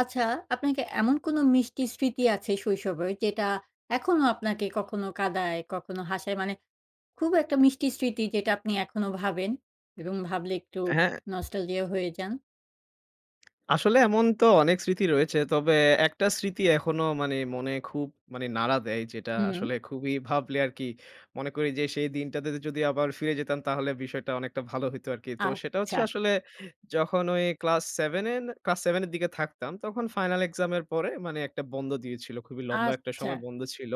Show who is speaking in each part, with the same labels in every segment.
Speaker 1: আচ্ছা, আপনাকে এমন কোনো মিষ্টি স্মৃতি আছে শৈশবের যেটা এখনো আপনাকে কখনো কাঁদায়, কখনো হাসায়? খুব একটা মিষ্টি স্মৃতি যেটা আপনি এখনো ভাবেন এবং ভাবলে একটু
Speaker 2: হ্যাঁ,
Speaker 1: নস্টালজিয়া হয়ে যান?
Speaker 2: আসলে এমন তো অনেক স্মৃতি রয়েছে। তবে একটা স্মৃতি এখনো মানে মনে খুব মানে নাড়া দেয় যেটা
Speaker 1: হুম।
Speaker 2: আসলে খুবই ভাবলে আরকি মনে করি যে সেই দিনটাতে যদি আবার ফিরে যেতাম তাহলে বিষয়টা অনেকটা ভালো হইতো আরকি। তো সেটা
Speaker 1: আচ্ছা,
Speaker 2: হচ্ছে আসলে যখন ওই ক্লাস 7 এর দিকে থাকতাম তখন ফাইনাল এক্সাম এর পরে মানে একটা বন্ধ দিয়েছিল। খুবই লম্বা একটা
Speaker 1: আচ্ছা।
Speaker 2: সময় বন্ধ ছিল।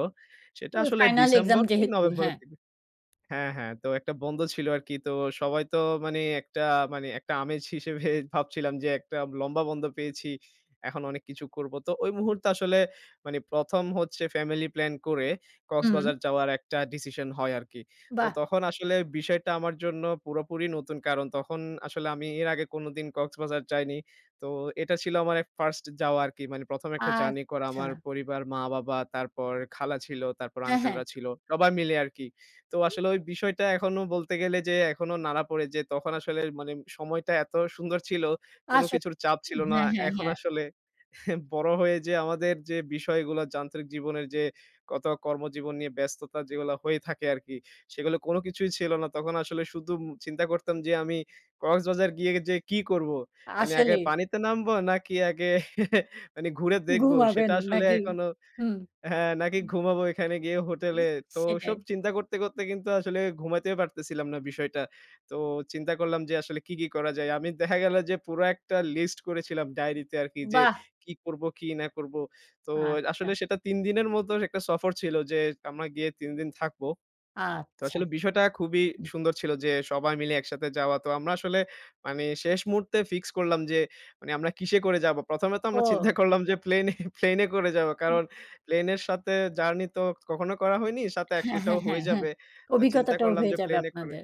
Speaker 2: সেটা
Speaker 1: ওই
Speaker 2: আসলে
Speaker 1: ফাইনাল এক্সাম
Speaker 2: ডিসেম্বর কি
Speaker 1: যেহেতু,
Speaker 2: নভেম্বরের
Speaker 1: হ্যাঁ।
Speaker 2: দিকে হ্যাঁ, হ্যাঁ। তো একটা বন্ধ ছিল আরকি। তো সবাই তো মানে একটা মানে একটা আমেজ হিসেবে ভাবছিলাম যে একটা লম্বা বন্ধ পেয়েছি। এখন অনেক কিছু করব। তো ওই মুহূর্তে আসলে মানে ১ম হচ্ছে ফ্যামিলি প্ল্যান করে
Speaker 1: হুম,
Speaker 2: কক্সবাজার যাওয়ার একটা ডিসিশন হয় আরকি। তো
Speaker 1: বাহ!
Speaker 2: তখন আসলে বিষয়টা আমার জন্য পুরোপুরি নতুন। কারণ তখন আসলে আমি এর আগে কোনোদিন কক্সবাজার যাইনি। তো এটা ছিল আমার এক 1st যাওয়া আরকি। মানে ১ম একটা জার্নি করা
Speaker 1: আচ্ছা।
Speaker 2: আমার পরিবার, মা-বাবা, তারপর খালা ছিল, তারপর
Speaker 1: হ্যাঁ, হ্যাঁ।
Speaker 2: আঙ্কেলরা ছিল। সবাই মিলে আরকি। তো আসলে ওই বিষয়টা এখনো বলতে গেলে যে এখনো নাড়া পড়ে যে তখন আসলে মানে সময়টা এত সুন্দর ছিল, কোনো
Speaker 1: আসলে
Speaker 2: কিছুর চাপ ছিল না।
Speaker 1: হ্যাঁ, হ্যাঁ,
Speaker 2: এখন
Speaker 1: হ্যাঁ।
Speaker 2: আসলে বড় হয়ে যে আমাদের যে বিষয়গুলো যান্ত্রিক জীবনের যে কত কর্মজীবন নিয়ে ব্যস্ততা যেগুলো হয়ে থাকে আরকি, সেগুলো কোনো কিছুই ছিল না। তখন আসলে শুধু চিন্তা করতাম যে আমি কক্সবাজার গিয়ে যে কি করব? মানে আগে
Speaker 1: আসলেই
Speaker 2: পানিতে নামবো নাকি আগে মানে ঘুরে দেখব
Speaker 1: ঘুমাবেন
Speaker 2: সেটা আসলে
Speaker 1: নাকি?
Speaker 2: এখনো
Speaker 1: হুম,
Speaker 2: হ্যাঁ, নাকি ঘুমাবো এখানে গিয়ে হোটেলে। তো
Speaker 1: সেটাই।
Speaker 2: ওসব চিন্তা করতে, করতে কিন্তু আসলে ঘুমাতেই পারতেছিলাম না বিষয়টা। তো চিন্তা করলাম যে আসলে কি, কি করা যায়? আমি দেখা গেল যে পুরো একটা লিস্ট করেছিলাম ডায়েরিতে আরকি যে
Speaker 1: বাহ!
Speaker 2: কি করব, কি না করব। তো
Speaker 1: আচ্ছা,
Speaker 2: আসলে সেটা ৩ দিনের মতো একটা সফর ছিল যে আমরা গিয়ে ৩ দিন থাকবো। তো
Speaker 1: আচ্ছা।
Speaker 2: আসলে বিষয়টা খুবই সুন্দর ছিল যে সবাই মিলে একসাথে যাওয়া। তো আমরা আসলে মানে শেষ মুহূর্তে ফিক্স করলাম যে মানে আমরা কিসে করে যাব। ১ম এ তো আমরা
Speaker 1: ও
Speaker 2: চিন্তা করলাম যে প্লেনে প্লেনে করে যাব। কারণ প্লেনের সাথে জার্নি তো কখনো করা হয়নি। সাথে এক
Speaker 1: হ্যাঁ, হ্যাঁ,
Speaker 2: এটাও
Speaker 1: হ্যাঁ,
Speaker 2: হয়ে
Speaker 1: হ্যাঁ।
Speaker 2: যাবে। তো চিন্তা
Speaker 1: অভিজ্ঞতাটাও
Speaker 2: করলাম
Speaker 1: হয়ে
Speaker 2: যে
Speaker 1: যাবে
Speaker 2: প্লেনে করে
Speaker 1: আপনাদের।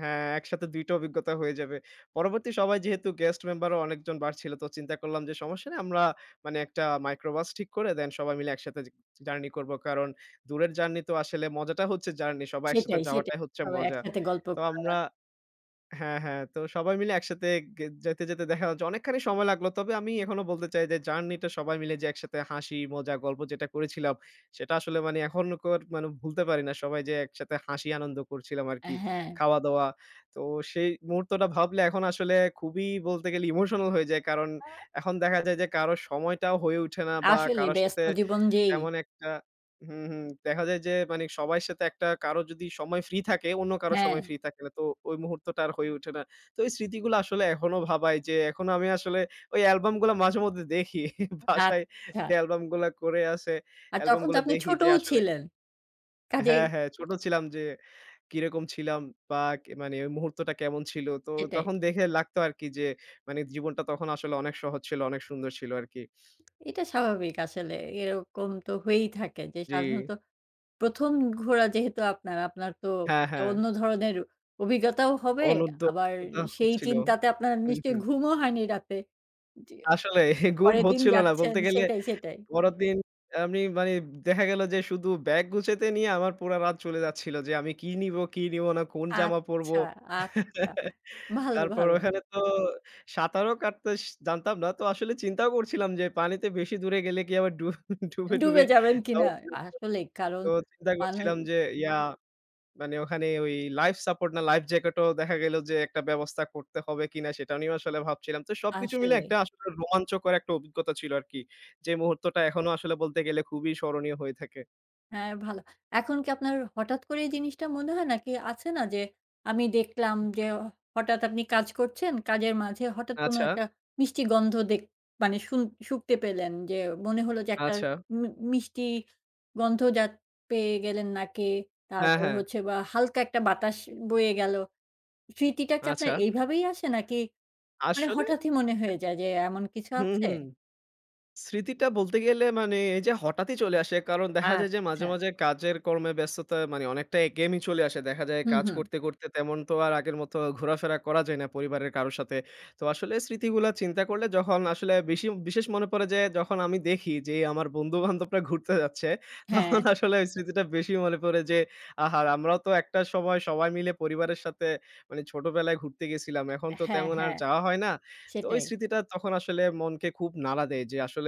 Speaker 2: হ্যাঁ, একসাথে ২ টা অভিজ্ঞতা হয়ে যাবে। পরবর্তী সবাই যেহেতু গেস্ট মেম্বারও অনেকজন বাড়ছিল তো চিন্তা করলাম যে সমস্যা নেই আমরা মানে একটা মাইক্রোবাস ঠিক করে দেন সবাই মিলে একসাথে জার্নি করব। কারণ দূরের জার্নি তো আসলে মজাটা হচ্ছে জার্নি। সবাই একসাথে
Speaker 1: সেটাই, সেটাই।
Speaker 2: যাওয়াটাই হচ্ছে
Speaker 1: সবাই
Speaker 2: মজা।
Speaker 1: একসাথে গল্প
Speaker 2: তো
Speaker 1: করা।
Speaker 2: আমরা হ্যাঁ, হ্যাঁ। তো সবাই মিলে একসাথে যেতে, যেতে দেখা যাচ্ছে অনেকখানি সময় লাগলো। তবে আমি এখনো বলতে চাই যে জার্নিটা সবাই মিলে যে একসাথে হাসি, মজা, গল্প যেটা করেছিলাম সেটা আসলে মানে এখনকার মানে ভুলতে পারি না। সবাই যে একসাথে হাসি আনন্দ করছিলাম আরকি।
Speaker 1: হ্যাঁ,
Speaker 2: খাওয়া-দাওয়া। তো সেই মুহূর্তটা ভাবলে এখন আসলে খুবই বলতে গেলে ইমোশনাল হয়ে যায়। কারণ এখন দেখা যায় যে কারো সময়টাও হয়ে ওঠে না বা
Speaker 1: আসলে
Speaker 2: কারো
Speaker 1: ব্যস্ত
Speaker 2: সাথে
Speaker 1: জীবন যেই
Speaker 2: তেমন একটা হুম, হুম। দেখা যায় যে মানে সবার সাথে একটা কারো যদি সময় ফ্রি থাকে, অন্য কারো
Speaker 1: হ্যাঁ,
Speaker 2: সময় ফ্রি থাকে না। তো ওই মুহূর্তটা আর হয়ে ওঠে না। তো এই স্মৃতিগুলো আসলে এখনো ভাবায় যে এখনো আমি আসলে ওই অ্যালবামগুলা মাঝেমধ্যে দেখি। বাসায়
Speaker 1: আচ্ছা।
Speaker 2: যে অ্যালবামগুলা করে আছে,
Speaker 1: আর তখন তো
Speaker 2: অ্যালবামগুলা
Speaker 1: আপনি
Speaker 2: দেখি
Speaker 1: ছোটও
Speaker 2: যে আসলে
Speaker 1: ছিলেন। কাজেই
Speaker 2: হ্যাঁ, হ্যাঁ, ছোট ছিলাম যে কিরকম ছিলাম বা কে মানে ওই মুহূর্তটা কেমন ছিল। তো
Speaker 1: সেটাই।
Speaker 2: তখন দেখে লাগতো আরকি যে মানে জীবনটা তখন আসলে অনেক সহজ ছিল, অনেক সুন্দর ছিল আরকি।
Speaker 1: এটা স্বাভাবিক আসলে। এরকম তো হয়েই থাকে যে
Speaker 2: জি।
Speaker 1: সাধারণত ১ম ঘোরা যেহেতু আপনার তো
Speaker 2: হ্যাঁ,
Speaker 1: একটা
Speaker 2: হ্যাঁ।
Speaker 1: অন্য ধরনের অভিজ্ঞতাও হবে।
Speaker 2: অনূদ্য
Speaker 1: আবার
Speaker 2: অভিজ্ঞতা
Speaker 1: সেই
Speaker 2: হচ্ছিল।
Speaker 1: চিন্তাতে আপনার
Speaker 2: হুম,
Speaker 1: নিশ্চয়ই
Speaker 2: হুম।
Speaker 1: ঘুমও হয়নি রাতে। যে
Speaker 2: আসলে ঘুম
Speaker 1: পরের দিন
Speaker 2: হচ্ছিল না
Speaker 1: যাচ্ছেন
Speaker 2: বলতে গেলে
Speaker 1: সেটাই, সেটাই।
Speaker 2: পরের দিন আমি মানে দেখা গেল যে শুধু ব্যাগ গুছাতে নিয়ে আমার পুরা রাত চলে যাচ্ছিল যে আমি কি নিবো, কি নিব না, কোন জামা পরবো।
Speaker 1: আচ্ছা, আচ্ছা। ভালো,
Speaker 2: তারপর
Speaker 1: ভালো।
Speaker 2: ওখানে তো সাঁতারও কাটতে জানতাম না। তো আসলে চিন্তাও করছিলাম যে পানিতে বেশি দূরে গেলে কি আবার ডুবে,
Speaker 1: ডুবে
Speaker 2: ডুবে
Speaker 1: যাবেন
Speaker 2: যাব
Speaker 1: কিনা
Speaker 2: কিনা?
Speaker 1: আসলেই কারণ
Speaker 2: তো চিন্তা
Speaker 1: মানুষ
Speaker 2: করছিলাম যে ইয়া মানে ওখানে ওই লাইফ সাপোর্ট না লাইফ জ্যাকেটও দেখা গেল যে একটা ব্যবস্থা করতে হবে কিনা সেটা নিয়েও আসলে ভাবছিলাম। তো সবকিছু মিলে
Speaker 1: আসলে
Speaker 2: একটা আসলে রোমাঞ্চকর একটা অভিজ্ঞতা ছিল আরকি। যে মুহূর্তটা এখনো আসলে বলতে গেলে খুবই স্মরণীয় হয়ে থাকে।
Speaker 1: হ্যাঁ, ভালো। এখন কি আপনার হঠাৎ করে এই জিনিসটা মনে হয় নাকি আছে না যে আমি দেখলাম যে হঠাৎ আপনি কাজ করছেন, কাজের মাঝে হঠাৎ কোনো
Speaker 2: আচ্ছা,
Speaker 1: একটা মিষ্টি গন্ধ দেখ মানে শুন শুঁকতে পেলেন যে মনে হলো যে একটা
Speaker 2: আচ্ছা।
Speaker 1: মি মিষ্টি গন্ধ যা পেয়ে গেলেন নাকে,
Speaker 2: হ্যাঁ,
Speaker 1: তারপর
Speaker 2: হ্যাঁ।
Speaker 1: হচ্ছে বা হালকা একটা বাতাস বয়ে গেল। স্মৃতিটা কি আপনার
Speaker 2: আচ্ছা।
Speaker 1: এইভাবেই আসে নাকি
Speaker 2: আসলে
Speaker 1: হঠাৎই মনে হয়ে যায় যে এমন কিছু
Speaker 2: হুম,
Speaker 1: আছে?
Speaker 2: হুম। স্মৃতিটা বলতে গেলে মানে এই যে হঠাৎই চলে আসে। কারণ দেখা যায় যে মাঝে,
Speaker 1: আচ্ছা।
Speaker 2: মাঝে কাজের কর্মে ব্যস্ততা মানে অনেকটা একঘেয়েমি চলে আসে। দেখা যায়
Speaker 1: হুম,
Speaker 2: কাজ
Speaker 1: হুম।
Speaker 2: করতে, করতে তেমন তো আর আগের মতো ঘোরাফেরা করা যায় না পরিবারের কারো সাথে। তো আসলে স্মৃতিগুলা চিন্তা করলে যখন আসলে বেশি বিশেষ মনে পড়ে যে যখন আমি দেখি যে আমার বন্ধু-বান্ধবরা ঘুরতে যাচ্ছে,
Speaker 1: হ্যাঁ,
Speaker 2: তখন আসলে ওই স্মৃতিটা বেশি মনে পড়ে যে আহা! আমরাও তো একটা সময় সবাই মিলে পরিবারের সাথে মানে ছোটবেলায় ঘুরতে গেছিলাম। এখন তো
Speaker 1: হ্যাঁ,
Speaker 2: তেমন আর
Speaker 1: হ্যাঁ।
Speaker 2: যাওয়া হয় না। তো ওই
Speaker 1: সেটাই।
Speaker 2: স্মৃতিটা তখন আসলে মনকে খুব নাড়া দেয় যে আসলে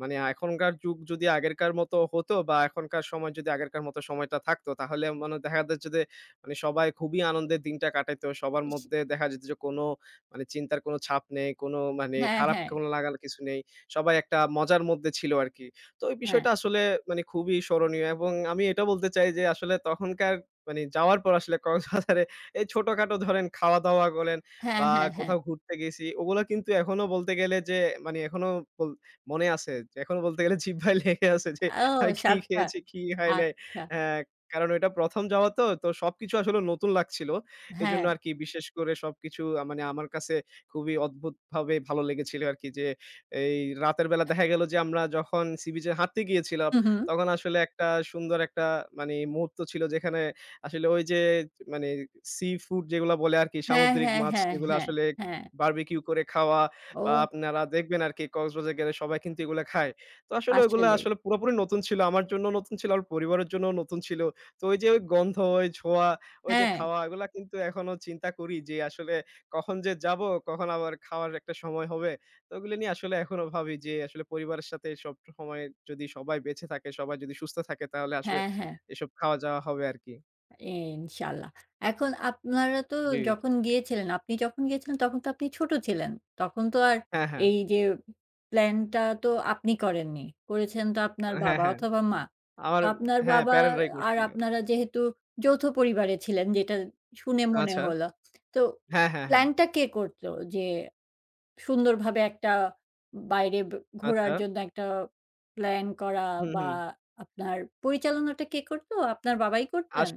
Speaker 2: মানে এখনকার যুগ যদি আগেরকার মতো হতো বা এখনকার সময় যদি আগেরকার মতো সময়টা থাকতো তাহলে মানে দেখা যাচ্ছে যে মানে সবাই খুবই আনন্দের দিনটা কাটাইতো। সবার
Speaker 1: ইস
Speaker 2: মধ্যে দেখা যেত যে কোনো মানে চিন্তার কোনো ছাপ নেই, কোনো মানে
Speaker 1: হ্যাঁ,
Speaker 2: খারাপ
Speaker 1: হ্যাঁ,
Speaker 2: কোনো লাগার কিছু নেই। সবাই একটা মজার মধ্যে ছিল আরকি। তো ওই
Speaker 1: হ্যাঁ।
Speaker 2: বিষয়টা আসলে মানে খুবই স্মরণীয় এবং আমি এটা বলতে চাই যে আসলে তখনকার মানে যাওয়ার পর আসলে কক্সবাজারে এই ছোটখাটো ধরেন খাওয়া-দাওয়া বলেন
Speaker 1: হ্যাঁ,
Speaker 2: বা
Speaker 1: হ্যাঁ, হ্যাঁ।
Speaker 2: কোথাও ঘুরতে গেছি। ওগুলা কিন্তু এখনো বলতে গেলে যে মানে এখনো বল মনে আছে। যে এখনো বলতে গেলে জিহ্বায় লেগে আছে যে
Speaker 1: ও
Speaker 2: আমি কি
Speaker 1: ৭ টা।
Speaker 2: খেয়েছি, কি খাই নাই।
Speaker 1: আচ্ছা।
Speaker 2: হ্যাঁ, কারণ ওইটা ১ম যাওয়া তো, তো সবকিছু আসলে নতুন লাগছিল।
Speaker 1: হ্যাঁ।
Speaker 2: এজন্য আরকি বিশেষ করে সবকিছু মানে আমার কাছে খুবই অদ্ভুতভাবে ভালো লেগেছিল আরকি যে, এই রাতের বেলা দেখা গেল যে আমরা যখন সি বিচে হাঁটতে গিয়েছিলাম,
Speaker 1: হুম, হুম।
Speaker 2: তখন আসলে একটা সুন্দর একটা মানে মুহূর্ত ছিল যেখানে আসলে ওই যে মানে সি ফুড যেগুলা বলে আরকি
Speaker 1: হ্যাঁ,
Speaker 2: সামুদ্রিক
Speaker 1: হ্যাঁ,
Speaker 2: মাছ
Speaker 1: হ্যাঁ,
Speaker 2: যেগুলো
Speaker 1: হ্যাঁ,
Speaker 2: আসলে
Speaker 1: হ্যাঁ।
Speaker 2: বারবিকিউ করে খাওয়া বা
Speaker 1: ও
Speaker 2: আপনারা দেখবেন আরকি কক্সবাজার গেলে সবাই কিন্তু এগুলা খায়। তো আসলে ওইগুলা
Speaker 1: আসলেই।
Speaker 2: আসলে পুরোপুরি নতুন ছিল। আমার জন্য নতুন ছিল, আমার পরিবারের জন্যও নতুন ছিল। তো ওই যে ওই গন্ধ, ওই ছোঁয়া, ওই যে
Speaker 1: হ্যাঁ,
Speaker 2: খাওয়া এগুলা কিন্তু এখনো চিন্তা করি যে আসলে কখন যে যাবো, কখন আবার খাওয়ার একটা সময় হবে। তো ওগুলো নিয়ে আসলে এখনো ভাবি যে আসলে পরিবারের সাথে সব সময় যদি সবাই বেঁচে থাকে, সবাই যদি সুস্থ থাকে তাহলে আসলে
Speaker 1: হ্যাঁ, হ্যাঁ।
Speaker 2: এসব খাওয়া যাওয়া হবে আরকি।
Speaker 1: ইনশাআল্লাহ। এখন আপনারা তো
Speaker 2: জি।
Speaker 1: যখন গিয়েছিলেন, আপনি যখন গিয়েছিলেন তখন তো আপনি ছোট ছিলেন। তখন তো আর
Speaker 2: হ্যাঁ, হ্যাঁ।
Speaker 1: এই যে প্ল্যানটা তো আপনি করেননি। করেছেন তো আপনার
Speaker 2: হ্যাঁ,
Speaker 1: বাবা
Speaker 2: হ্যাঁ।
Speaker 1: অথবা মা। তো
Speaker 2: আমার
Speaker 1: আপনার
Speaker 2: হ্যাঁ,
Speaker 1: বাবা
Speaker 2: প্যারাগ্লাই
Speaker 1: আর
Speaker 2: করছিল।
Speaker 1: আপনারা যেহেতু যৌথ পরিবারে ছিলেন যেটা শুনে মনে
Speaker 2: আচ্ছা।
Speaker 1: হলো। তো
Speaker 2: হ্যাঁ, হ্যাঁ, হ্যাঁ।
Speaker 1: প্ল্যানটা কে করত? যে সুন্দরভাবে একটা বাইরে ব ঘোরার
Speaker 2: আচ্ছা।
Speaker 1: জন্য একটা প্ল্যান করা
Speaker 2: হুম,
Speaker 1: বা
Speaker 2: হুম।
Speaker 1: আপনার পরিচালনাটা কে করত? আপনার বাবাই করতেন?
Speaker 2: আস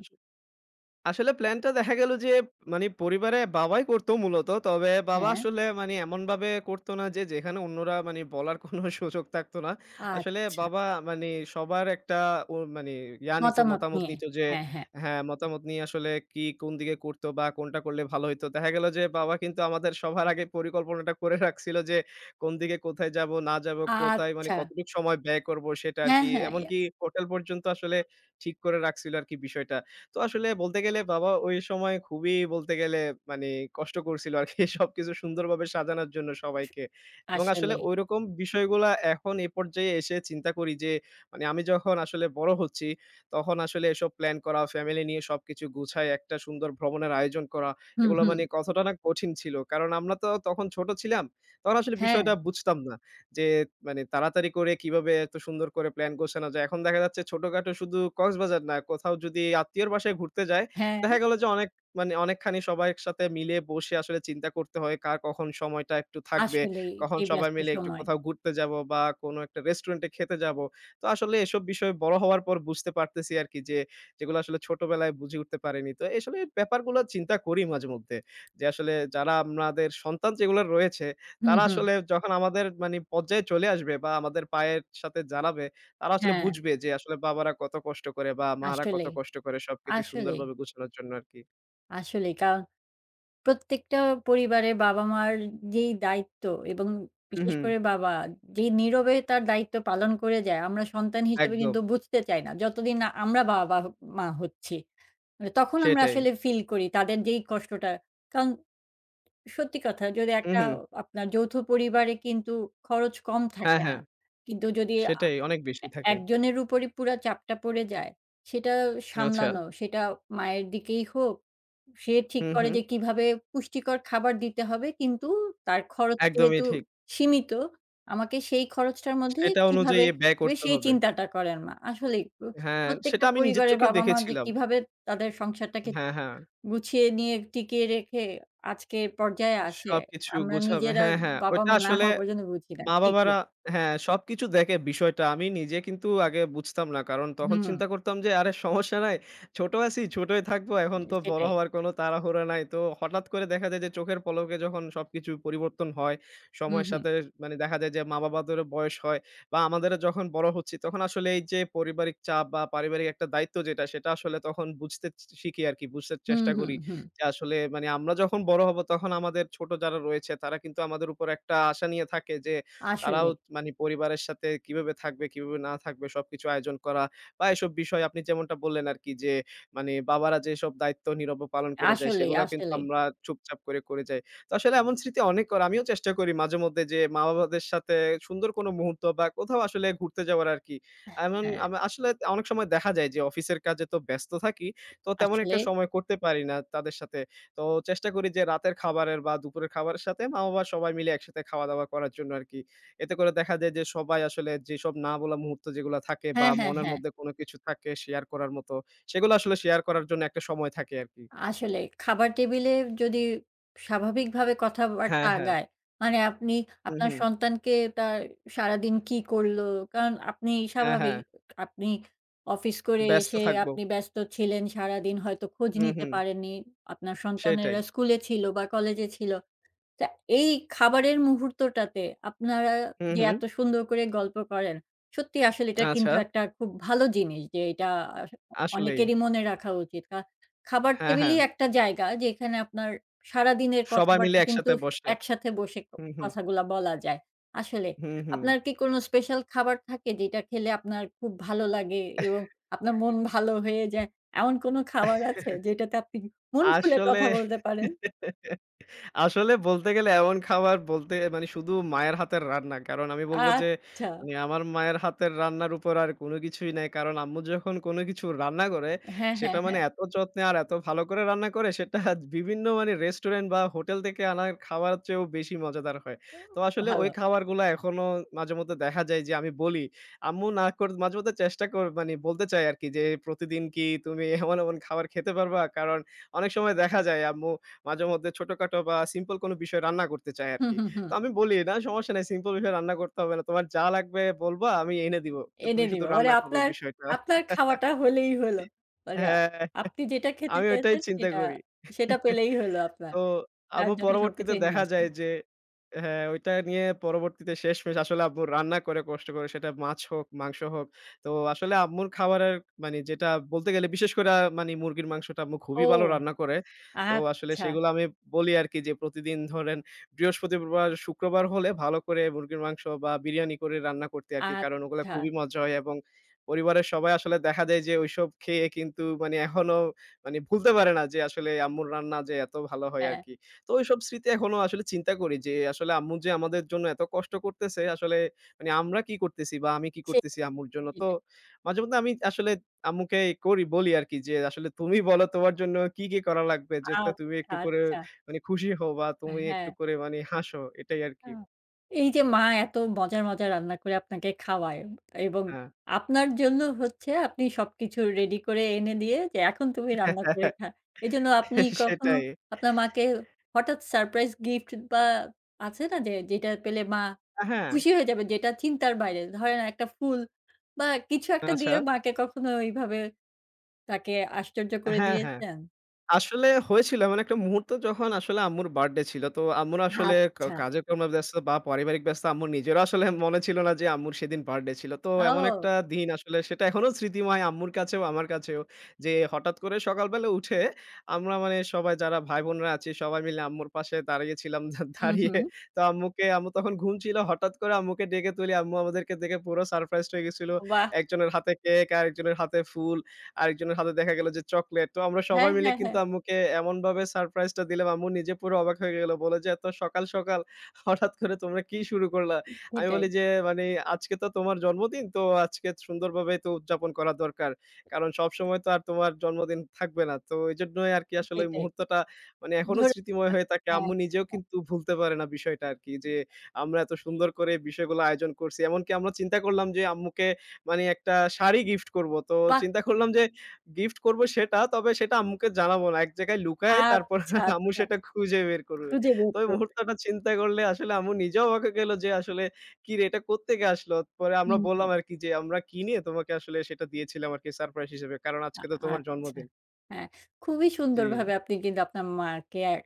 Speaker 2: আসলে প্ল্যানটা দেখা গেল যে মানে পরিবারে বাবাই করতো মূলত। তবে বাবা
Speaker 1: হ্যাঁ।
Speaker 2: আসলে মানে এমনভাবে করতো না যে যেখানে অন্যরা মানে বলার কোনো সুযোগ থাকতো না। আসলে
Speaker 1: আচ্ছা,
Speaker 2: বাবা মানে সবার একটা ও মানে ইয়া নিত
Speaker 1: মতামত
Speaker 2: মতামত
Speaker 1: নিয়ে।
Speaker 2: নিত যে
Speaker 1: হ্যাঁ, হ্যাঁ।
Speaker 2: হ্যাঁ, মতামত নিয়ে আসলে কি কোন দিকে করতো বা কোনটা করলে ভালো হইতো। দেখা গেল যে বাবা কিন্তু আমাদের সবার আগে পরিকল্পনাটা করে রাখছিল যে কোন দিকে কোথায় যাবো, না যাবো, কোথায় মানে
Speaker 1: আচ্ছা।
Speaker 2: কতটুক সময় ব্যয় করবো সেটা
Speaker 1: হ্যাঁ,
Speaker 2: আরকি।
Speaker 1: হ্যাঁ। ইয়া
Speaker 2: এমনকি হোটেল পর্যন্ত আসলে ঠিক করে রাখছিল আরকি বিষয়টা। তো আসলে বলতে গেলে বাবা ওই সময় খুবই বলতে গেলে মানে কষ্ট করছিল আরকি সবকিছু সুন্দরভাবে সাজানোর জন্য সবাইকে। এবং আসলে
Speaker 1: আসলেই।
Speaker 2: ঐরকম বিষয়গুলা এখন এ পর্যায়ে এসে চিন্তা করি যে মানে আমি যখন আসলে বড় হচ্ছি, তখন আসলে এসব প্ল্যান করা, ফ্যামিলি নিয়ে সবকিছু গুছায় একটা সুন্দর ভ্রমণের আয়োজন করা,
Speaker 1: হুম,
Speaker 2: এগুলো
Speaker 1: হুম।
Speaker 2: মানে কতটা না কঠিন ছিল। কারণ আমরা তো তখন ছোট ছিলাম, তখন আসলে
Speaker 1: হ্যাঁ,
Speaker 2: বিষয়টা বুঝতাম না। যে মানে তাড়াতাড়ি করে কিভাবে এত সুন্দর করে প্ল্যান গোছানো যায়। এখন দেখা যাচ্ছে ছোটখাটো শুধু কক্সবাজার না, কোথাও যদি আত্মীয়র বাসায় ঘুরতে যায়,
Speaker 1: হ্যাঁ।
Speaker 2: দেখা গেল যে অনেক মানে অনেকখানি সবার সাথে মিলে বসে আসলে চিন্তা করতে হয় কার কখন সময়টা একটু থাকবে,
Speaker 1: আসলেই
Speaker 2: কখন
Speaker 1: এই
Speaker 2: সবাই
Speaker 1: ব্যস্ত
Speaker 2: মিলে একটু
Speaker 1: সময়।
Speaker 2: কোথাও ঘুরতে যাবো বা কোনো একটা রেস্টুরেন্টে খেতে যাবো। তো আসলে এসব বিষয় বড় হওয়ার পর বুঝতে পারতেছি আরকি যে, যেগুলো আসলে ছোটবেলায় বুঝে উঠতে পারিনি। তো আসলে এই ব্যাপারগুলো চিন্তা করি মাঝেমধ্যে। যে আসলে যারা আমাদের সন্তান যেগুলো রয়েছে
Speaker 1: হুম,
Speaker 2: তারা
Speaker 1: হুম।
Speaker 2: আসলে যখন আমাদের মানি পর্যায়ে চলে আসবে বা আমাদের পায়ের সাথে জ্বালাবে, তারা আসলে
Speaker 1: হ্যাঁ,
Speaker 2: বুঝবে যে আসলে বাবারা কত কষ্ট করে বা মারা কত
Speaker 1: আসলেই,
Speaker 2: কষ্ট করে সবকিছু
Speaker 1: আসলেই,
Speaker 2: সুন্দরভাবে গুছানোর জন্য আরকি।
Speaker 1: আসলেই। কারণ প্রত্যেকটা পরিবারে বাবা-মার যেই দায়িত্ব এবং
Speaker 2: হু,
Speaker 1: বিশেষ
Speaker 2: হু,
Speaker 1: করে বাবা যেই নীরবে তার দায়িত্ব পালন করে যায়, আমরা সন্তান হিসেবে
Speaker 2: একদম
Speaker 1: কিন্তু বুঝতে চাই না। যতদিন না আমরা বাবা-মা হচ্ছি। তখন আমরা
Speaker 2: সেটাই।
Speaker 1: আসলে ফিল করি তাদের যেই কষ্টটা। কারণ সত্যি কথা যদি
Speaker 2: হু,
Speaker 1: একটা
Speaker 2: হু।
Speaker 1: আপনার যৌথ পরিবারে কিন্তু খরচ কম
Speaker 2: হ্যাঁ,
Speaker 1: থাকে না।
Speaker 2: হ্যাঁ।
Speaker 1: কিন্তু যদি আ
Speaker 2: সেটাই অনেক বেশি থাকে।
Speaker 1: একজনের উপরই পুরা চাপটা পড়ে যায়, সেটা
Speaker 2: আচ্ছা।
Speaker 1: সামলানো, সেটা মায়ের দিকেই হোক, সে ঠিক
Speaker 2: হু,
Speaker 1: করে
Speaker 2: হু।
Speaker 1: যে কিভাবে পুষ্টিকর খাবার দিতে হবে কিন্তু তার খরচ
Speaker 2: একদমই
Speaker 1: যেহেতু
Speaker 2: ঠিক।
Speaker 1: সীমিত, আমাকে সেই খরচটার মধ্যে
Speaker 2: সেটা
Speaker 1: কিভাবে
Speaker 2: অনুযায়ী ব্যয়
Speaker 1: দিবে
Speaker 2: করতে
Speaker 1: সেই
Speaker 2: হবে।
Speaker 1: চিন্তাটা করেন মা। আসলেই প্র
Speaker 2: হ্যাঁ, সেটা
Speaker 1: প্রত্যেকটা
Speaker 2: আমি নিজের
Speaker 1: পরিবারের
Speaker 2: চোখে
Speaker 1: বাবা-মা যে
Speaker 2: দেখেছিলাম।
Speaker 1: কিভাবে তাদের সংসারটাকে
Speaker 2: হ্যাঁ, হ্যাঁ।
Speaker 1: গুছিয়ে নিয়ে টিকিয়ে রেখে আজকের পর্যায়ে আসে।
Speaker 2: সবকিছু
Speaker 1: আমরা
Speaker 2: গুছাবে।
Speaker 1: নিজেরা
Speaker 2: হ্যাঁ, হ্যাঁ। ওইটা
Speaker 1: বাবা-মা না
Speaker 2: আসলে
Speaker 1: হওয়া পর্যন্ত বুঝি না। ঠিক,
Speaker 2: মা-বাবারা
Speaker 1: ঠিক।
Speaker 2: হ্যাঁ, সবকিছু দেখে বিষয়টা। আমি নিজে কিন্তু আগে বুঝতাম না। কারণ তখন
Speaker 1: হুম,
Speaker 2: চিন্তা করতাম যে, "আরে সমস্যা নাই। ছোট আছি, ছোটই থাকবো। এখন তো বড়
Speaker 1: সেটাই।
Speaker 2: হওয়ার কোনো তাড়াহুড়া নাই।" তো হঠাৎ করে দেখা যায় যে চোখের পলকে যখন সবকিছু পরিবর্তন হয়,
Speaker 1: হুম,
Speaker 2: সময়ের
Speaker 1: হুম।
Speaker 2: সাথে মানে দেখা যায় যে মা-বাবাদেরও বয়স হয় বা আমাদেরও যখন বড় হচ্ছি, তখন আসলে এই যে পারিবারিক চাপ বা পারিবারিক একটা দায়িত্ব যেটা, সেটা আসলে তখন বুঝতে শিখি আরকি, বুঝতে
Speaker 1: হুম,
Speaker 2: চেষ্টা
Speaker 1: হুম,
Speaker 2: করি।
Speaker 1: হুম।
Speaker 2: যে আসলে মানে আমরা যখন বড় হব, তখন আমাদের ছোট যারা রয়েছে, তারা কিন্তু আমাদের উপর একটা আশা নিয়ে থাকে যে তারাও
Speaker 1: আসলেই,
Speaker 2: মানে পরিবারের সাথে কিভাবে থাকবে, কিভাবে না থাকবে সবকিছু আয়োজন করা বা এসব বিষয় আপনি যেমনটা বললেন আরকি যে, মানে বাবারা যেসব দায়িত্ব নীরবে পালন করে যায়
Speaker 1: আসলেই,
Speaker 2: সেগুলা কিন্তু
Speaker 1: আসলেই।
Speaker 2: আমরা চুপচাপ করে, করে যাই। তো আসলে এমন স্মৃতি অনেক করা আমিও চেষ্টা করি মাঝেমধ্যে যে মা-বাবাদের সাথে সুন্দর কোনো মুহূর্ত বা কোথাও আসলে ঘুরতে যাওয়ার আরকি। এমন
Speaker 1: হ্যাঁ,
Speaker 2: আমা আসলে অনেক সময় দেখা যায় যে অফিসের কাজে তো ব্যস্ত থাকি, তো তেমন
Speaker 1: আসলে।
Speaker 2: একটা সময় করতে পারি না তাদের সাথে। তো চেষ্টা করি যে রাতের খাবারের বা দুপুরের খাবারের সাথে মা-বাবা সবাই মিলে একসাথে খাওয়া-দাওয়া করার জন্য আরকি। এতে করে দেখা যায় যে সবাই আসলে যেসব না বলা মুহূর্ত যেগুলা থাকে বা
Speaker 1: হ্যাঁ, হ্যাঁ,
Speaker 2: মনের
Speaker 1: হ্যাঁ।
Speaker 2: মধ্যে কোনো কিছু থাকে শেয়ার করার মতো, সেগুলো আসলে শেয়ার করার জন্য একটা সময় থাকে আরকি।
Speaker 1: আসলে খাবার টেবিলে যদি স্বাভাবিকভাবে কথাবার্তা
Speaker 2: হ্যাঁ, হ্যাঁ।
Speaker 1: আগায়, আপনি
Speaker 2: হুম,
Speaker 1: আপনার
Speaker 2: হুম।
Speaker 1: সন্তানকে তার সারাদিন কি করলো? কারণ আপনি
Speaker 2: হ্যাঁ,
Speaker 1: স্বাভাবিক
Speaker 2: হ্যাঁ।
Speaker 1: আপনি অফিস করে
Speaker 2: ব্যস্ত
Speaker 1: এসে
Speaker 2: থাকবো।
Speaker 1: আপনি ব্যস্ত ছিলেন সারাদিন হয়তো খোঁজ
Speaker 2: হুম,
Speaker 1: নিতে
Speaker 2: হুম।
Speaker 1: পারেননি। আপনার
Speaker 2: সেটাই।
Speaker 1: সন্তানেরা স্কুলে ছিল বা কলেজে ছিল। তা এই খাবারের মুহূর্তটাতে আপনারা
Speaker 2: হুম,
Speaker 1: যে
Speaker 2: হুম।
Speaker 1: এত সুন্দর করে গল্প করেন, সত্যি আসলে এটা
Speaker 2: আচ্ছা।
Speaker 1: কিন্তু একটা খুব ভালো জিনিস যে এটা আস
Speaker 2: আসলেই।
Speaker 1: অনেকেরই মনে রাখা উচিত। কা খাবার
Speaker 2: হ্যাঁ, হ্যাঁ।
Speaker 1: টেবিলই একটা জায়গা যেখানে আপনার সারাদিনের
Speaker 2: সবাই মিলে
Speaker 1: কথাবার্তা কিন্তু
Speaker 2: একসাথে
Speaker 1: স
Speaker 2: বসে।
Speaker 1: একসাথে বসে ক
Speaker 2: হুম, হুম।
Speaker 1: কথাগুলা বলা যায়। আসলে
Speaker 2: হুম, হুম।
Speaker 1: আপনার কি কোনো স্পেশাল খাবার থাকে যেটা খেলে আপনার খুব ভালো লাগে এবং আপনার মন ভালো হয়ে যায়? এমন কোনো খাবার আছে যেটাতে আপনি মন খুলে
Speaker 2: আসলে
Speaker 1: কথা বলতে পারেন?
Speaker 2: আসলে বলতে গেলে এমন খাবার বলতে মানে শুধু মায়ের হাতের রান্না। কারণ আমি বলব যে
Speaker 1: আচ্ছা।
Speaker 2: মানে আমার মায়ের হাতের রান্নার উপর আর কোনো কিছুই নাই। কারণ আম্মু যখন কোনো কিছু রান্না করে
Speaker 1: হ্যাঁ, হ্যাঁ,
Speaker 2: সেটা মানে
Speaker 1: হ্যাঁ।
Speaker 2: এত যত্নে আর এত ভালো করে রান্না করে সেটা বিভিন্ন মানে রেস্টুরেন্ট বা হোটেল থেকে আনার খাওয়ার চেয়েও বেশি মজাদার হয়।
Speaker 1: তো
Speaker 2: তো আসলে
Speaker 1: ভালো।
Speaker 2: ওই খাবারগুলা এখনো মাঝেমধ্যে দেখা যায় যে আমি বলি, আম্মু না কর মাঝেমধ্যে চেষ্টা কর মানে বলতে চাই আরকি যে, "প্রতিদিন কি তুমি এমন, এমন খাবার খেতে পারবা?" কারণ অনেক সময় দেখা যায় আম্মু মাঝেমধ্যে ছোটখাটো বা সিম্পল কোনো বিষয় রান্না করতে চাই
Speaker 1: হুম,
Speaker 2: আরকি।
Speaker 1: হুম, হুম।
Speaker 2: তো আমি বলি, "না সমস্যা নাই সিম্পল বিষয় রান্না করতে হবে না। তোমার যা লাগবে বলবা আমি এনে দিব। তো
Speaker 1: এনে
Speaker 2: তুমি শুধু
Speaker 1: দিবা।
Speaker 2: রান্না করবা
Speaker 1: আপনার
Speaker 2: বিষয়টা।"
Speaker 1: আপনার খাওয়াটা হলেই হলো। মানে আ
Speaker 2: হ্যাঁ,
Speaker 1: আপনি যেটা খেতে
Speaker 2: আমি ওইটাই
Speaker 1: চেয়েছেন
Speaker 2: চিন্তা
Speaker 1: সেটা
Speaker 2: করি।
Speaker 1: সেটা পেলেই হলো আপনার।
Speaker 2: তো
Speaker 1: তার
Speaker 2: আম্মু
Speaker 1: জন্য
Speaker 2: পরবর্তীতে
Speaker 1: সবকিছুই নিয়ে
Speaker 2: দেখা
Speaker 1: আসবেন।
Speaker 2: যায় যে হ্যাঁ, ওইটা নিয়ে পরবর্তীতে শেষমেশ আসলে আম্মু রান্না করে কষ্ট করে সেটা মাছ হোক, মাংস হোক। তো আসলে আম্মুর খাবারের মানে যেটা বলতে গেলে বিশেষ করে মানে মুরগির মাংসটা আম্মু খুবই
Speaker 1: ও!
Speaker 2: ভালো রান্না করে। তো আসলে
Speaker 1: আচ্ছা,
Speaker 2: সেগুলো আমি বলি আরকি যে প্রতিদিন ধরেন বৃহস্পতিবার, শুক্রবার হলে ভালো করে মুরগির মাংস বা বিরিয়ানি করে রান্না করতে আরকি। কারণ ওগুলা
Speaker 1: আচ্ছা।
Speaker 2: খুবই মজা হয় এবং পরিবারের সবাই আসলে দেখা যায় যে ওইসব খেয়ে কিন্তু মানে এখনো মানে ভুলতে পারে না যে আসলে আম্মুর রান্না যে এত ভালো হয়
Speaker 1: হ্যাঁ।
Speaker 2: আরকি। তো ওইসব স্মৃতি এখনো আসলে চিন্তা করি যে আসলে আম্মু যে আমাদের জন্য এত কষ্ট করতেছে আসলে মানে আমরা কি করতেছি বা আমি কি
Speaker 1: সেটাই,
Speaker 2: করতেছি আম্মুর জন্য। তো
Speaker 1: সেটাই।
Speaker 2: মাঝেমধ্যে আমি আসলে আম্মুকে বলি আরকি যে আসলে তুমি বলো তোমার জন্য কি, কি করা লাগবে যে তা তুমি
Speaker 1: আচ্ছা,
Speaker 2: একটু করে
Speaker 1: আচ্ছা।
Speaker 2: মানে খুশি হও বা তুমি
Speaker 1: হ্যাঁ।
Speaker 2: একটু করে মানে হাসো এটাই
Speaker 1: আ
Speaker 2: আরকি।
Speaker 1: এই যে মা এত মজার, মজার রান্না করে আপনাকে খাওয়ায় এবং
Speaker 2: হ্যাঁ।
Speaker 1: আপনার জন্য হচ্ছে আপনি সবকিছু রেডি করে এনে দিয়ে যে এখন তুমি রান্না করে খা। এজন্য আপনি কখনো
Speaker 2: সেটাই।
Speaker 1: আপনার মাকে হঠাৎ সারপ্রাইজ গিফট বা আছে না যে যেটা পেলে মা
Speaker 2: হ্যাঁ,
Speaker 1: খুশি হয়ে যাবে যেটা চিন্তার বাইরে। ধরেন একটা ফুল বা কিছু একটা দিয়ে
Speaker 2: আচ্ছা।
Speaker 1: মাকে কখনো ওইভাবে তাকে আশ্চর্য করে
Speaker 2: হ্যাঁ, হ্যাঁ।
Speaker 1: দিয়েছেন?
Speaker 2: আসলে হয়েছিল এমন একটা মুহূর্ত যখন আসলে আম্মুর বার্থডে ছিল। তো আম্মুর আসলে
Speaker 1: আচ্ছা।
Speaker 2: কাজে কর্মে ব্যস্ত বা পারিবারিক ব্যস্ত আম্মুর নিজেরও আসলে মনে ছিল না যে আম্মুর সেদিন বার্থডে ছিল। তো এমন একটা
Speaker 1: ও!
Speaker 2: দিন আসলে সেটা এখনো স্মৃতিময় আম্মুর কাছেও আমার কাছেও। যে হঠাৎ করে সকালবেলা উঠে আমরা মানে সবাই যারা ভাই-বোনরা আছি সবাই মিলে আম্মুর পাশে দাঁড়িয়েছিলাম।
Speaker 1: হুম,
Speaker 2: দাঁড়িয়ে
Speaker 1: হুম।
Speaker 2: তো আম্মু তখন ঘুম ছিল। হঠাৎ করে আম্মুকে ডেকে তুলি আম্মু আমাদেরকে দেখে পুরো সারপ্রাইজড হয়ে গেছিল।
Speaker 1: বাহ!
Speaker 2: একজনের হাতে কেক আরেকজনের হাতে ফুল। আরেকজনের হাতে দেখা গেল যে চকলেট। তো আমরা
Speaker 1: হ্যাঁ,
Speaker 2: সবাই মিলে
Speaker 1: হ্যাঁ,
Speaker 2: কিন্তু
Speaker 1: হ্যাঁ।
Speaker 2: আম্মুকে এমনভাবে সারপ্রাইজটা দিলাম, আম্মু নিজে পুরো অবাক হয়ে গেল। বলে যে, "এত সকাল, সকাল হঠাৎ করে তোমরা কি শুরু করলা?" আমি
Speaker 1: সেটাই,
Speaker 2: বলি যে, "মানে আজকে তো তোমার জন্মদিন। তো আজকে সুন্দরভাবে তো উদযাপন করা দরকার। কারণ সবসময় তো আর তোমার জন্মদিন থাকবে না।" তো এজন্যই আরকি আসলে ওই
Speaker 1: সেটাই।
Speaker 2: মুহূর্তটা মানে
Speaker 1: ধ
Speaker 2: এখনো
Speaker 1: হ্যাঁ,
Speaker 2: স্মৃতিময় হয়ে থাকে। আম্মু নিজেও কিন্তু ভুলতে পারে না বিষয়টা আরকি যে, আমরা এত সুন্দর করে বিষয়গুলো আয়োজন করছি। এমনকি আমরা চিন্তা করলাম যে আম্মুকে মানে একটা শাড়ি গিফট করব। তো
Speaker 1: বাহ!
Speaker 2: চিন্তা করলাম যে গিফট করব সেটা, তবে সেটা আম্মুকে জানাবো না। এক জায়গায় লুকায়ে তারপর
Speaker 1: আচ্ছা,
Speaker 2: আম্মু
Speaker 1: আচ্ছা।
Speaker 2: সেটা খুঁজে বের করবে।
Speaker 1: খুঁজে বের
Speaker 2: তো ওই
Speaker 1: করবে।
Speaker 2: মুহূর্তটা চিন্তা করলে আসলে আম্মু নিজেও অবাক হয়ে গেল যে আসলে কিরে এটা কোত্থেকে আসলো? পরে আমরা
Speaker 1: হুম, হুম।
Speaker 2: বললাম আরকি যে আমরা কিনে তোমাকে আসলে সেটা দিয়েছিলাম আরকি সারপ্রাইজ হিসেবে। কারণ
Speaker 1: আ
Speaker 2: আজকে তো তোমার
Speaker 1: আচ্ছা।
Speaker 2: জন্মদিন।
Speaker 1: হ্যাঁ, খুবই
Speaker 2: জি,
Speaker 1: সুন্দরভাবে আপনি কিন্তু আপনার মাকে এক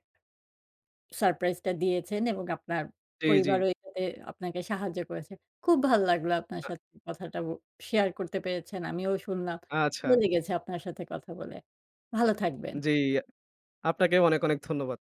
Speaker 1: সারপ্রাইজটা দিয়েছেন এবং আপনার
Speaker 2: জি।
Speaker 1: পরিবারও এটাতে আপনাকে সাহায্য করেছে। খুব ভাল লাগলো আপনার
Speaker 2: আ
Speaker 1: সাথে কথাটা ব শেয়ার করতে পেরেছেন। আমিও শুনলাম।
Speaker 2: আচ্ছা।
Speaker 1: ভালো লেগেছে আপনার সাথে কথা বলে। ভালো থাকবেন।
Speaker 2: জি, আপনাকেও অনেক, অনেক ধন্যবাদ।